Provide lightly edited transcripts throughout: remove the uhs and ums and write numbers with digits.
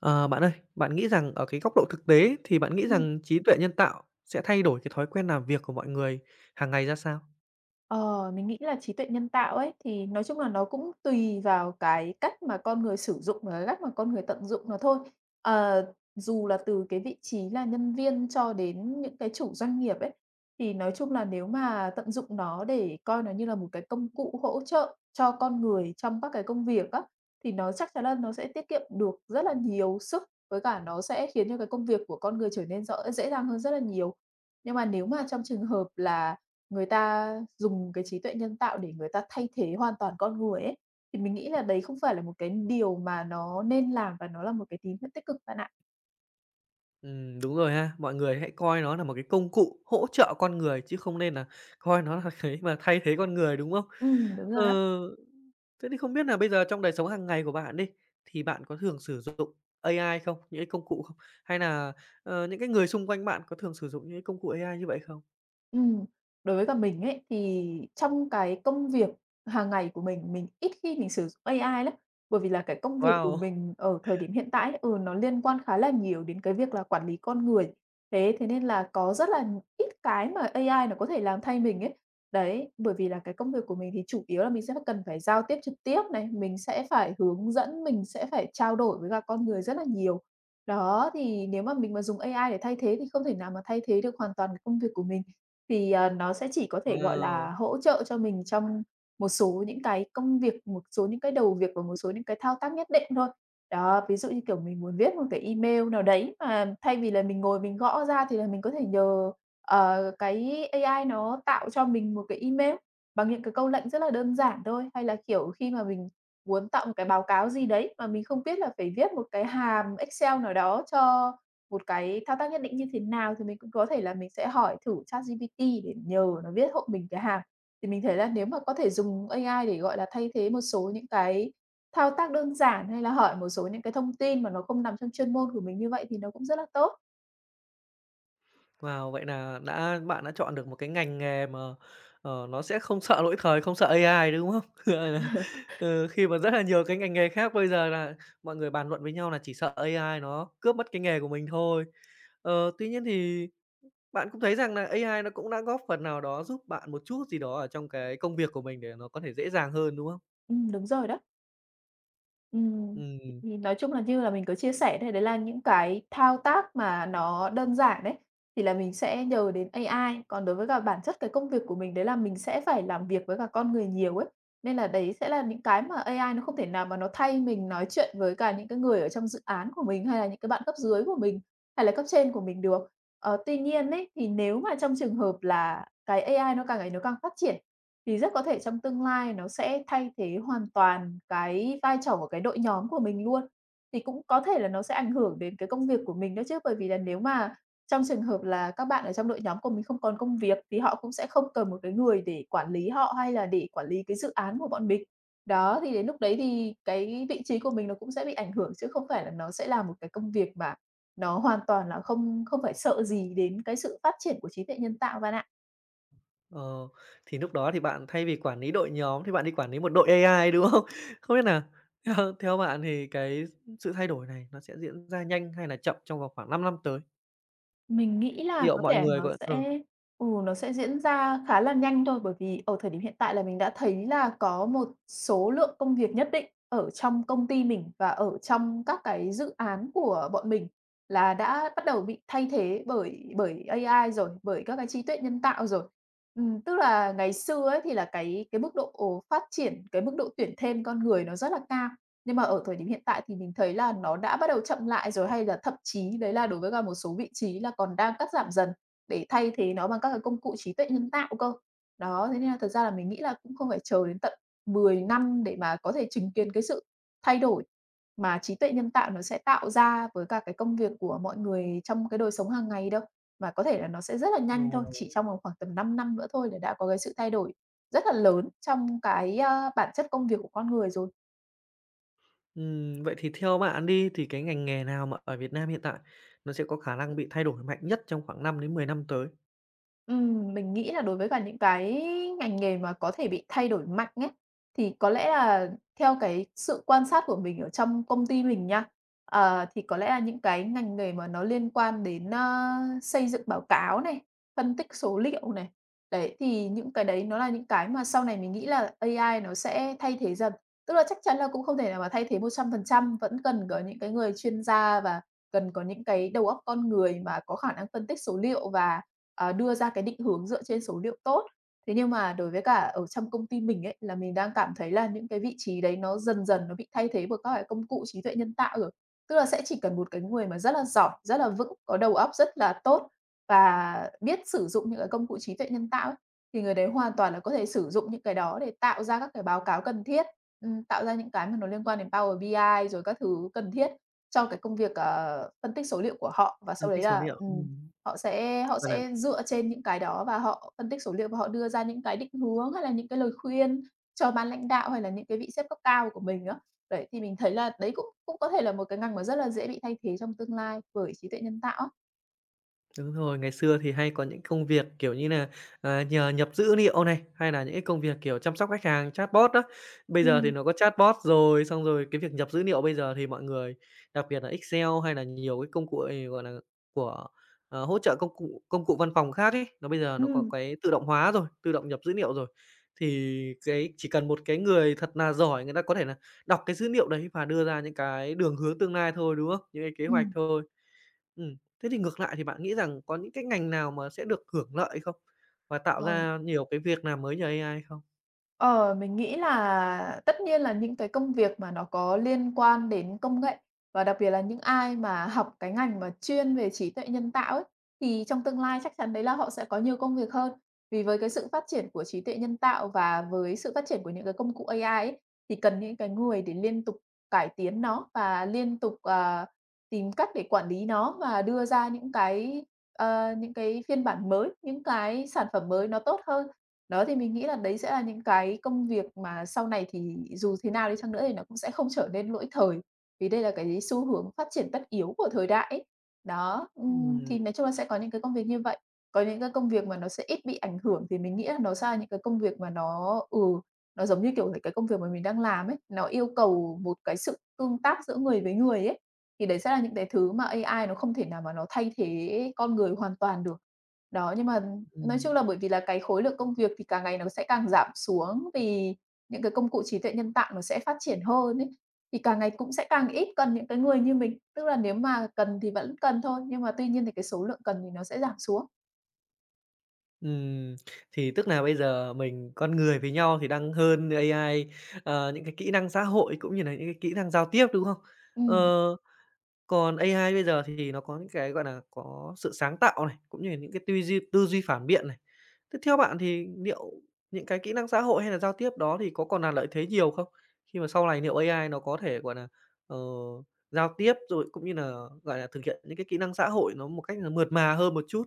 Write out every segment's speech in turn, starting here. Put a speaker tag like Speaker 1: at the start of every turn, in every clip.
Speaker 1: Ờ, Bạn ơi, bạn nghĩ rằng ở cái góc độ thực tế thì bạn nghĩ
Speaker 2: Ừm.
Speaker 1: rằng trí tuệ nhân tạo sẽ thay đổi cái thói quen làm việc của mọi người hàng ngày ra sao?
Speaker 2: Ờ, mình nghĩ là trí tuệ nhân tạo ấy, thì nói chung là nó cũng tùy vào cái cách mà con người sử dụng và cái cách mà con người tận dụng nó thôi. Ờ, dù là từ cái vị trí là nhân viên cho đến những cái chủ doanh nghiệp ấy, thì nói chung là nếu mà tận dụng nó để coi nó như là một cái công cụ hỗ trợ cho con người trong các cái công việc á, thì nó chắc chắn là nó sẽ tiết kiệm được rất là nhiều sức, với cả nó sẽ khiến cho cái công việc của con người trở nên rõ dễ dàng hơn rất là nhiều. Nhưng mà nếu mà trong trường hợp là người ta dùng cái trí tuệ nhân tạo để người ta thay thế hoàn toàn con người ấy, thì mình nghĩ là đấy không phải là một cái điều mà nó nên làm và nó là một cái tín hiệu tích cực bạn ạ.
Speaker 1: Đúng rồi ha, mọi người hãy coi nó là một cái công cụ hỗ trợ con người chứ không nên là coi nó là cái mà thay thế con người, đúng không?
Speaker 2: Đúng
Speaker 1: Ờ,
Speaker 2: rồi đó.
Speaker 1: Thế thì không biết là bây giờ trong đời sống hàng ngày của bạn đi, thì bạn có thường sử dụng AI không? Những cái công cụ không? Hay là những cái người xung quanh bạn có thường sử dụng những cái công cụ AI như vậy không?
Speaker 2: Ừm, đối với cả mình ấy, thì trong cái công việc hàng ngày của mình ít khi mình sử dụng AI lắm. Bởi vì là cái công việc của
Speaker 1: Wow!
Speaker 2: mình ở thời điểm hiện tại ấy, nó liên quan khá là nhiều đến cái việc là quản lý con người. Thế thế nên là có rất là ít cái mà AI nó có thể làm thay mình ấy. Đấy, bởi vì là cái công việc của mình thì chủ yếu là mình sẽ cần phải giao tiếp trực tiếp này, mình sẽ phải hướng dẫn, mình sẽ phải trao đổi với cả con người rất là nhiều. Đó, thì nếu mà mình mà dùng AI để thay thế thì không thể nào mà thay thế được hoàn toàn cái công việc của mình. Thì, nó sẽ chỉ có thể, gọi
Speaker 1: Wow!
Speaker 2: là, hỗ trợ cho mình trong một số những cái công việc, một số những cái đầu việc và một số những cái thao tác nhất định thôi. Đó, ví dụ như, kiểu, mình muốn viết một cái email nào đấy mà thay vì là mình ngồi mình gõ ra thì là mình có thể nhờ, cái AI nó tạo cho mình một cái email bằng những cái câu lệnh rất là đơn giản thôi. Hay là, kiểu, khi mà mình muốn tạo một cái báo cáo gì đấy mà mình không biết là phải viết một cái hàm Excel nào đó cho một cái thao tác nhất định như thế nào thì mình cũng có thể là mình sẽ hỏi thử ChatGPT để nhờ nó viết hộ mình cái hàng. Thì mình thấy là nếu mà có thể dùng AI để, gọi là, thay thế một số những cái thao tác đơn giản, hay là hỏi một số những cái thông tin mà nó không nằm trong chuyên môn của mình như vậy thì nó cũng rất là tốt.
Speaker 1: Wow, vậy là bạn đã chọn được một cái ngành nghề mà, nó sẽ không sợ lỗi thời, không sợ AI, đúng không? Gọi là, ừ, khi mà rất là nhiều cái ngành nghề khác bây giờ là mọi người bàn luận với nhau là chỉ sợ AI nó cướp mất cái nghề của mình thôi. Tuy nhiên thì bạn cũng thấy rằng là AI nó cũng đã góp phần nào đó giúp bạn một chút gì đó ở trong cái công việc của mình để nó có thể dễ dàng hơn, đúng không?
Speaker 2: Đúng rồi đó. Ừm, thì
Speaker 1: Ừm.
Speaker 2: thì nói chung là như là mình có chia sẻ đây, đấy là những cái thao tác mà nó đơn giản đấy thì là mình sẽ nhờ đến AI. Còn đối với cả bản chất cái công việc của mình đấy là mình sẽ phải làm việc với cả con người nhiều ấy, nên là đấy sẽ là những cái mà AI nó không thể nào mà nó thay mình nói chuyện với cả những cái người ở trong dự án của mình, hay là những cái bạn cấp dưới của mình, hay là cấp trên của mình được. Tuy nhiên ấy, thì nếu mà trong trường hợp là cái AI nó càng ngày nó càng phát triển, thì rất có thể trong tương lai nó sẽ thay thế hoàn toàn cái vai trò của cái đội nhóm của mình luôn. Thì cũng có thể là nó sẽ ảnh hưởng đến cái công việc của mình đó chứ, bởi vì là nếu mà trong trường hợp là các bạn ở trong đội nhóm của mình không còn công việc thì họ cũng sẽ không cần một cái người để quản lý họ hay là để quản lý cái dự án của bọn mình. Đó, thì đến lúc đấy thì cái vị trí của mình nó cũng sẽ bị ảnh hưởng chứ không phải là nó sẽ là một cái công việc mà nó hoàn toàn là không không phải sợ gì đến cái sự phát triển của trí tuệ nhân tạo bạn ạ.
Speaker 1: Ờ, thì lúc đó thì bạn thay vì quản lý đội nhóm thì bạn đi quản lý một đội AI, đúng không? Không biết nà theo theo bạn thì cái sự thay đổi này nó sẽ diễn ra nhanh hay là chậm trong vòng khoảng 5 năm tới?
Speaker 2: Mình nghĩ là
Speaker 1: Liệu
Speaker 2: có
Speaker 1: mọi
Speaker 2: thể
Speaker 1: người
Speaker 2: nó
Speaker 1: có
Speaker 2: sẽ ừ, nó sẽ diễn ra khá là nhanh thôi, bởi vì ở thời điểm hiện tại là mình đã thấy là có một số lượng công việc nhất định ở trong công ty mình và ở trong các cái dự án của bọn mình là đã bắt đầu bị thay thế bởi bởi AI rồi, bởi các cái trí tuệ nhân tạo rồi. Tức là ngày xưa ấy thì là cái mức độ phát triển, cái mức độ tuyển thêm con người nó rất là cao. Nhưng mà ở thời điểm hiện tại thì mình thấy là nó đã bắt đầu chậm lại rồi, hay là thậm chí đấy là đối với cả một số vị trí là còn đang cắt giảm dần để thay thế nó bằng các cái công cụ trí tuệ nhân tạo cơ. Đó, thế nên là thật ra là mình nghĩ là cũng không phải chờ đến tận 10 năm để mà có thể chứng kiến cái sự thay đổi mà trí tuệ nhân tạo nó sẽ tạo ra với cả cái công việc của mọi người trong cái đời sống hàng ngày đâu, mà có thể là nó sẽ rất là nhanh thôi, chỉ
Speaker 1: ồ,
Speaker 2: trong vòng khoảng tầm 5 năm nữa thôi là đã có cái sự thay đổi rất là lớn trong cái, bản chất công việc của con người rồi.
Speaker 1: vậy thì theo bạn đi thì cái ngành nghề nào mà ở Việt Nam hiện tại nó sẽ có khả năng bị thay đổi mạnh nhất trong khoảng 5 đến 10 năm tới?
Speaker 2: Mình nghĩ là đối với cả những cái ngành nghề mà có thể bị thay đổi mạnh ấy, thì có lẽ là theo cái sự quan sát của mình ở trong công ty mình nha, thì có lẽ là những cái ngành nghề mà nó liên quan đến, ơ, xây dựng báo cáo này, phân tích số liệu này, đấy, thì những cái đấy nó là những cái mà sau này mình nghĩ là AI nó sẽ thay thế dần. Tức là chắc chắn là cũng không thể nào mà thay thế 100%, vẫn cần có những cái người chuyên gia và cần có những cái đầu óc con người mà có khả năng phân tích số liệu và, đưa ra cái định hướng dựa trên số liệu tốt. Thế nhưng mà đối với cả ở trong công ty mình ấy, là mình đang cảm thấy là những cái vị trí đấy nó dần dần nó bị thay thế bởi các cái công cụ trí tuệ nhân tạo rồi. Tức là sẽ chỉ cần một cái người mà rất là giỏi, rất là vững, có đầu óc rất là tốt và biết sử dụng những cái công cụ trí tuệ nhân tạo ấy, thì người đấy hoàn toàn là có thể sử dụng những cái đó để tạo ra các cái báo cáo cần thiết, tạo ra những cái mà nó liên quan đến Power BI ai rồi các thứ cần thiết. Cho cái công việc, phân tích số liệu của họ và
Speaker 1: Phân
Speaker 2: sau đấy
Speaker 1: tích số
Speaker 2: là,
Speaker 1: liệu, ừm.
Speaker 2: họ sẽ dựa trên những cái đó và họ phân tích số liệu và họ đưa ra những cái định hướng hay là những cái lời khuyên cho ban lãnh đạo hay là những cái vị sếp cấp cao của mình á. Đấy, thì mình thấy là đấy cũng cũng có thể là một cái ngành mà rất là dễ bị thay thế trong tương lai bởi trí tuệ nhân tạo á.
Speaker 1: Đúng rồi, ngày xưa thì hay có những công việc, kiểu như là nhờ nhập dữ liệu này, hay là những cái công việc, kiểu, chăm sóc khách hàng, chatbot đó. Bây giờ thì
Speaker 2: Ừm,
Speaker 1: nó có chatbot rồi, xong rồi cái việc nhập dữ liệu bây giờ thì mọi người, đặc biệt là Excel hay là nhiều cái công cụ, gọi là, của, hỗ trợ công cụ văn phòng khác ấy, nó bây giờ nó có
Speaker 2: ừm,
Speaker 1: cái tự động hóa rồi, tự động nhập dữ liệu rồi. Thì cái chỉ cần một cái người thật là giỏi, người ta có thể là đọc cái dữ liệu đấy và đưa ra những cái đường hướng tương lai thôi, đúng không? Những cái kế hoạch
Speaker 2: ừm.
Speaker 1: thôi. Ừm. Thế thì ngược lại thì bạn nghĩ rằng có những cái ngành nào mà sẽ được hưởng lợi không? Và tạo
Speaker 2: Ờ.
Speaker 1: ra nhiều cái việc làm mới nhờ AI không?
Speaker 2: Ờ, mình nghĩ là tất nhiên là những cái công việc mà nó có liên quan đến công nghệ và đặc biệt là những ai mà học cái ngành mà chuyên về trí tuệ nhân tạo ấy, thì trong tương lai chắc chắn đấy là họ sẽ có nhiều công việc hơn. Vì với cái sự phát triển của trí tuệ nhân tạo và với sự phát triển của những cái công cụ AI ấy, thì cần những cái người để liên tục cải tiến nó và liên tục, tìm cách để quản lý nó và đưa ra những cái phiên bản mới, những cái sản phẩm mới nó tốt hơn. Đó, thì mình nghĩ là đấy sẽ là những cái công việc mà sau này thì dù thế nào đi chăng nữa thì nó cũng sẽ không trở nên lỗi thời, vì đây là cái xu hướng phát triển tất yếu của thời đại ấy. Đó,
Speaker 1: Ừm,
Speaker 2: thì nói chung là sẽ có những cái công việc như vậy. Có những cái công việc mà nó sẽ ít bị ảnh hưởng thì mình nghĩ là nó sẽ là những cái công việc mà nó nó giống như, kiểu, là cái công việc mà mình đang làm ấy, nó yêu cầu một cái sự tương tác giữa người với người ấy, thì đấy sẽ là những cái thứ mà AI nó không thể nào mà nó thay thế con người hoàn toàn được. Đó, nhưng mà nói chung
Speaker 1: ừm,
Speaker 2: là bởi vì là cái khối lượng công việc thì càng ngày nó sẽ càng giảm xuống, vì những cái công cụ trí tuệ nhân tạo nó sẽ phát triển hơn ấy, thì càng ngày cũng sẽ càng ít cần những cái người như mình. Tức là nếu mà cần thì vẫn cần thôi, nhưng mà tuy nhiên thì cái số lượng cần thì nó sẽ giảm xuống.
Speaker 1: ừm, thì tức là bây giờ mình con người với nhau thì đang hơn AI, những cái kỹ năng xã hội cũng như là những cái kỹ năng giao tiếp, đúng không?
Speaker 2: Ừm.
Speaker 1: Ờ. Còn AI bây giờ thì nó có những cái, gọi là, có sự sáng tạo này, cũng như là những cái tuy duy tư duy phản biện này. Thế theo bạn thì liệu những cái kỹ năng xã hội hay là giao tiếp đó thì có còn là lợi thế nhiều không? Khi mà sau này liệu AI nó có thể, gọi là, ờ, giao tiếp rồi cũng như là, gọi là, thực hiện những cái kỹ năng xã hội nó một cách là mượt mà hơn một chút?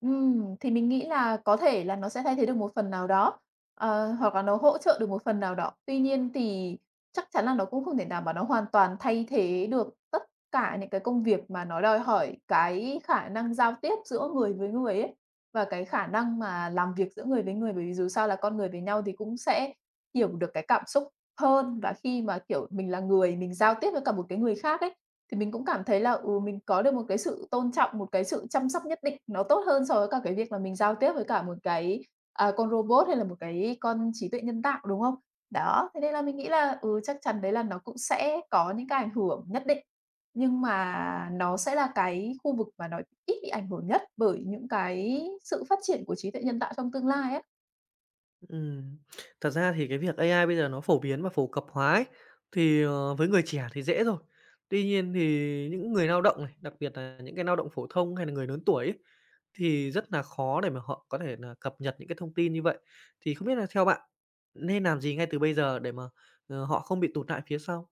Speaker 2: Thì mình nghĩ là có thể là nó sẽ thay thế được một phần nào đó, hoặc là nó hỗ trợ được một phần nào đó. Tuy nhiên thì chắc chắn là nó cũng không thể nào mà nó hoàn toàn thay thế được tất cả những cái công việc mà nó đòi hỏi cái khả năng giao tiếp giữa người với người ấy, và cái khả năng mà làm việc giữa người với người. Bởi vì dù sao là con người với nhau thì cũng sẽ hiểu được cái cảm xúc hơn, và khi mà, kiểu, mình là người, mình giao tiếp với cả một cái người khác ấy, thì mình cũng cảm thấy là, ừ, mình có được một cái sự tôn trọng, một cái sự chăm sóc nhất định, nó tốt hơn so với cả cái việc là mình giao tiếp với cả một cái, con robot hay là một cái con trí tuệ nhân tạo, đúng không? Đó, thế nên là mình nghĩ là, ừ, chắc chắn đấy là nó cũng sẽ có những cái ảnh hưởng nhất định, nhưng mà nó sẽ là cái khu vực mà nó ít bị ảnh hưởng nhất bởi những cái sự phát triển của trí tuệ nhân tạo trong tương lai á.
Speaker 1: Ừm, thật ra thì cái việc AI bây giờ nó phổ biến và phổ cập hóa ấy, thì, với người trẻ thì dễ rồi. Tuy nhiên thì những người lao động này, đặc biệt là những cái lao động phổ thông hay là người lớn tuổi ấy, thì rất là khó để mà họ có thể nà cập nhật những cái thông tin như vậy. Thì không biết là theo bạn nên làm gì ngay từ bây giờ để mà, họ không bị tụt lại phía sau?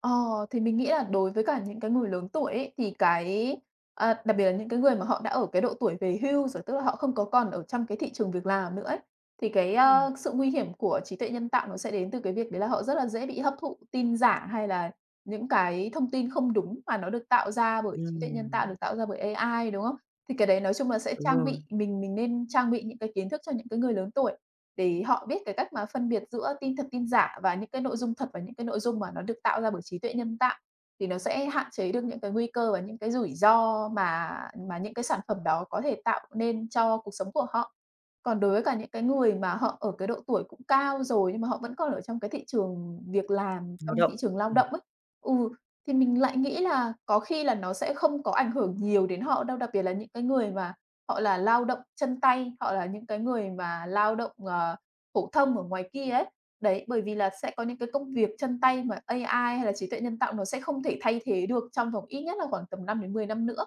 Speaker 2: Ờ, thì mình nghĩ là đối với cả những cái người lớn tuổi ấy, thì cái, đặc biệt là những cái người mà họ đã ở cái độ tuổi về hưu rồi, tức là họ không có còn ở trong cái thị trường việc làm nữa ấy, thì cái,
Speaker 1: Ừm.
Speaker 2: sự nguy hiểm của trí tuệ nhân tạo nó sẽ đến từ cái việc đấy là họ rất là dễ bị hấp thụ tin giả hay là những cái thông tin không đúng mà nó được tạo ra bởi trí tuệ nhân
Speaker 1: Ừm,
Speaker 2: tạo, được tạo ra bởi AI, đúng không? Thì cái đấy nói chung là sẽ
Speaker 1: đúng
Speaker 2: trang
Speaker 1: rồi,
Speaker 2: bị mình nên trang bị những cái kiến thức cho những cái người lớn tuổi. Để họ biết cái cách mà phân biệt giữa tin thật, tin giả và những cái nội dung thật và những cái nội dung mà nó được tạo ra bởi trí tuệ nhân tạo, thì nó sẽ hạn chế được những cái nguy cơ và những cái rủi ro mà những cái sản phẩm đó có thể tạo nên cho cuộc sống của họ. Còn đối với cả những cái người mà họ ở cái độ tuổi cũng cao rồi, nhưng mà họ vẫn còn ở trong cái thị trường việc làm,
Speaker 1: lao
Speaker 2: trong thị
Speaker 1: động,
Speaker 2: trường lao
Speaker 1: ừm,
Speaker 2: động ấy, ừ, thì mình lại nghĩ là có khi là nó sẽ không có ảnh hưởng nhiều đến họ đâu, đặc biệt là những cái người mà họ là lao động chân tay, họ là những cái người mà lao động, phổ thông ở ngoài kia ấy. Đấy, bởi vì là sẽ có những cái công việc chân tay mà AI hay là trí tuệ nhân tạo nó sẽ không thể thay thế được trong vòng ít nhất là khoảng tầm năm đến mười năm nữa.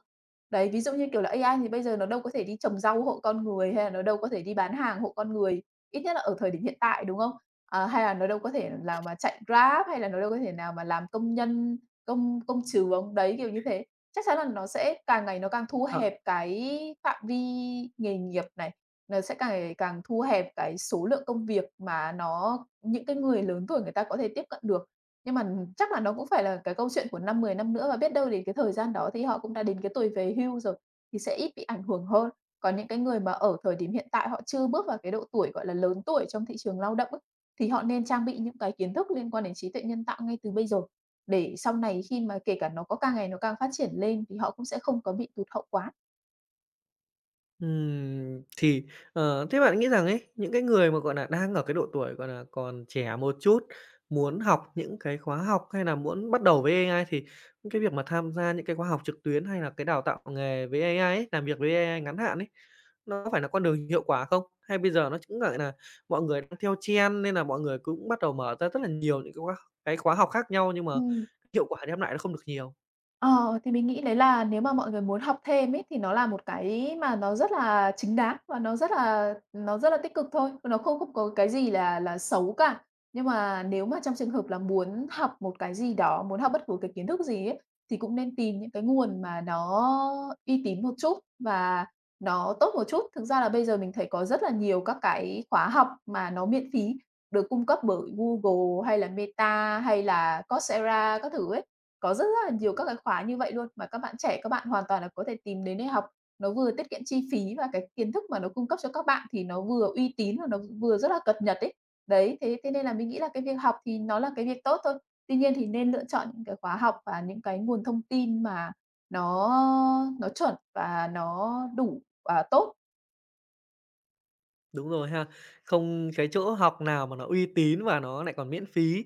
Speaker 2: Đấy, ví dụ như, kiểu là, AI thì bây giờ nó đâu có thể đi trồng rau hộ con người, hay là nó đâu có thể đi bán hàng hộ con người, ít nhất là ở thời điểm hiện tại, đúng không? À, hay là nó đâu có thể nào mà chạy Grab, hay là nó đâu có thể nào mà làm công nhân, công công trừ ông đấy, kiểu như thế. Chắc chắn là nó sẽ càng ngày nó càng thu
Speaker 1: ờ.
Speaker 2: hẹp cái phạm vi nghề nghiệp này, nó sẽ càng ngày càng thu hẹp cái số lượng công việc mà nó những cái người lớn tuổi người ta có thể tiếp cận được. Nhưng mà chắc là nó cũng phải là cái câu chuyện của 5 10 năm nữa và biết đâu đến cái thời gian đó thì họ cũng đã đến cái tuổi về hưu rồi, thì sẽ ít bị ảnh hưởng hơn. Còn những cái người mà ở thời điểm hiện tại họ chưa bước vào cái độ tuổi, gọi là, lớn tuổi trong thị trường lao động ấy, thì họ nên trang bị những cái kiến thức liên quan đến trí tuệ nhân tạo ngay từ bây giờ. Để sau này khi mà kể cả nó có càng ngày nó càng phát triển lên thì họ cũng sẽ không có bị tụt hậu quá.
Speaker 1: Thì, thế bạn nghĩ rằng ấy, những cái người mà, gọi là đang ở cái độ tuổi, gọi là còn trẻ một chút, muốn học những cái khóa học hay là muốn bắt đầu với AI thì cái việc mà tham gia những cái khóa học trực tuyến hay là cái đào tạo nghề với AI ấy, làm việc với AI ngắn hạn ấy, nó có phải là con đường hiệu quả không? Hay bây giờ nó cũng, gọi là mọi người đang theo trend nên là mọi người cũng bắt đầu mở ra rất là nhiều những cái khóa học khác nhau nhưng mà
Speaker 2: Ừm.
Speaker 1: hiệu quả đem lại nó không được nhiều?
Speaker 2: Ờ, thì mình nghĩ đấy là nếu mà mọi người muốn học thêm ấy, thì nó là một cái mà nó rất là chính đáng và nó rất là tích cực thôi, nó không không có cái gì là xấu cả. Nhưng mà nếu mà trong trường hợp là muốn học một cái gì đó, muốn học bất cứ cái kiến thức gì ấy, thì cũng nên tìm những cái nguồn mà nó uy tín một chút và nó tốt một chút. Thực ra là bây giờ mình thấy có rất là nhiều các cái khóa học mà nó miễn phí được cung cấp bởi Google hay là Meta hay là Coursera các thứ ấy. Có rất rất là nhiều các cái khóa như vậy luôn, mà các bạn hoàn toàn là có thể tìm đến để học. Nó vừa tiết kiệm chi phí và cái kiến thức mà nó cung cấp cho các bạn thì nó vừa uy tín và nó vừa rất là cập nhật ấy. Đấy, thế thế nên là mình nghĩ là cái việc học thì nó là cái việc tốt thôi. Tuy nhiên thì nên lựa chọn những cái khóa học và những cái nguồn thông tin mà nó nó chuẩn và nó đủ và tốt.
Speaker 1: Đúng rồi ha. Không cái chỗ học nào mà nó uy tín và nó lại còn miễn phí,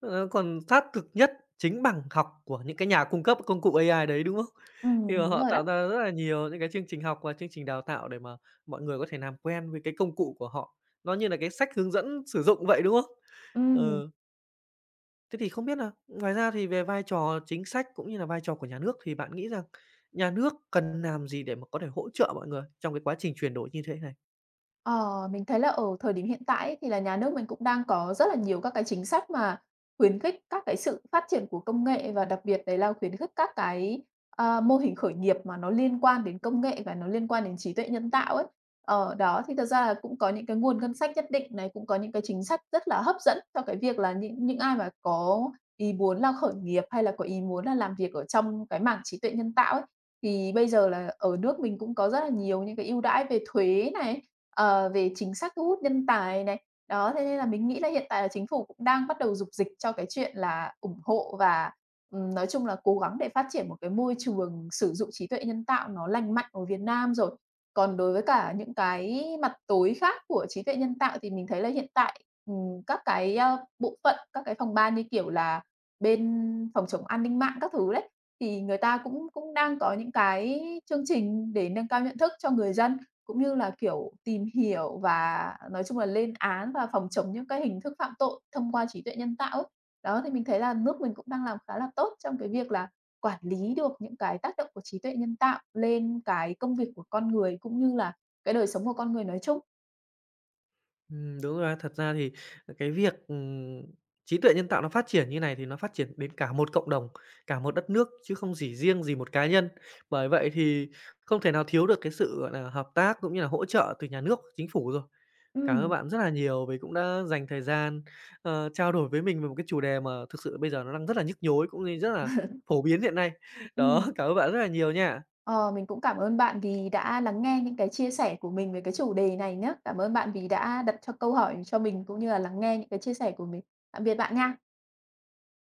Speaker 1: nó còn sát thực nhất chính bằng học của những cái nhà cung cấp công cụ AI đấy, đúng không? Khi mà
Speaker 2: Đúng
Speaker 1: họ
Speaker 2: rồi đó.
Speaker 1: tạo ra rất là nhiều những cái chương trình học và chương trình đào tạo để mà mọi người có thể làm quen với cái công cụ của họ, nó như là cái sách hướng dẫn sử dụng vậy, đúng không?
Speaker 2: Ừm.
Speaker 1: Ừ, thế thì không biết là ngoài ra thì về vai trò chính sách cũng như là vai trò của nhà nước thì bạn nghĩ rằng nhà nước cần làm gì để mà có thể hỗ trợ mọi người trong cái quá trình chuyển đổi như thế này?
Speaker 2: Ờ, mình thấy là ở thời điểm hiện tại ấy, thì là nhà nước mình cũng đang có rất là nhiều các cái chính sách mà khuyến khích các cái sự phát triển của công nghệ và đặc biệt đấy là khuyến khích các cái, mô hình khởi nghiệp mà nó liên quan đến công nghệ và nó liên quan đến trí tuệ nhân tạo ấy. Ở đó, thì thật ra là cũng có những cái nguồn ngân sách nhất định này, cũng có những cái chính sách rất là hấp dẫn cho cái việc là những ai mà có ý muốn là khởi nghiệp hay là có ý muốn là làm việc ở trong cái mảng trí tuệ nhân tạo ấy, thì bây giờ là ở nước mình cũng có rất là nhiều những cái ưu đãi về thuế này, ờ, về chính sách thu hút nhân tài này. Đó, thế nên là mình nghĩ là hiện tại là chính phủ cũng đang bắt đầu rục dịch cho cái chuyện là ủng hộ và, nói chung là cố gắng để phát triển một cái môi trường sử dụng trí tuệ nhân tạo nó lành mạnh ở Việt Nam rồi. Còn đối với cả những cái mặt tối khác của trí tuệ nhân tạo thì mình thấy là hiện tại, các cái, bộ phận, các cái phòng ban như kiểu là bên phòng chống an ninh mạng các thứ đấy, thì người ta cũng cũng đang có những cái chương trình để nâng cao nhận thức cho người dân, cũng như là, kiểu, tìm hiểu và nói chung là lên án và phòng chống những cái hình thức phạm tội thông qua trí tuệ nhân tạo ấy. Đó, thì mình thấy là nước mình cũng đang làm khá là tốt trong cái việc là quản lý được những cái tác động của trí tuệ nhân tạo lên cái công việc của con người, cũng như là cái đời sống của con người nói chung.
Speaker 1: Đúng rồi á. Thật ra thì, cái việc, trí tuệ nhân tạo nó phát triển như này thì nó phát triển đến cả một cộng đồng, cả một đất nước chứ không chỉ riêng gì một cá nhân. Bởi vậy thì không thể nào thiếu được cái sự, gọi là, hợp tác cũng như là hỗ trợ từ nhà nước, chính phủ rồi. Cảm ơn
Speaker 2: Ừm.
Speaker 1: bạn rất là nhiều vì cũng đã dành thời gian, trao đổi với mình về một cái chủ đề mà thực sự bây giờ nó đang rất là nhức nhối cũng như rất là phổ biến hiện nay. Đó,
Speaker 2: Ừm.
Speaker 1: cảm ơn bạn rất là nhiều nha.
Speaker 2: Ờ, mình cũng cảm ơn bạn vì đã lắng nghe những cái chia sẻ của mình về cái chủ đề này nhé. Cảm ơn bạn vì đã đặt cho câu hỏi cho mình cũng như là lắng nghe những cái chia sẻ của mình. Tạm biệt bạn nha.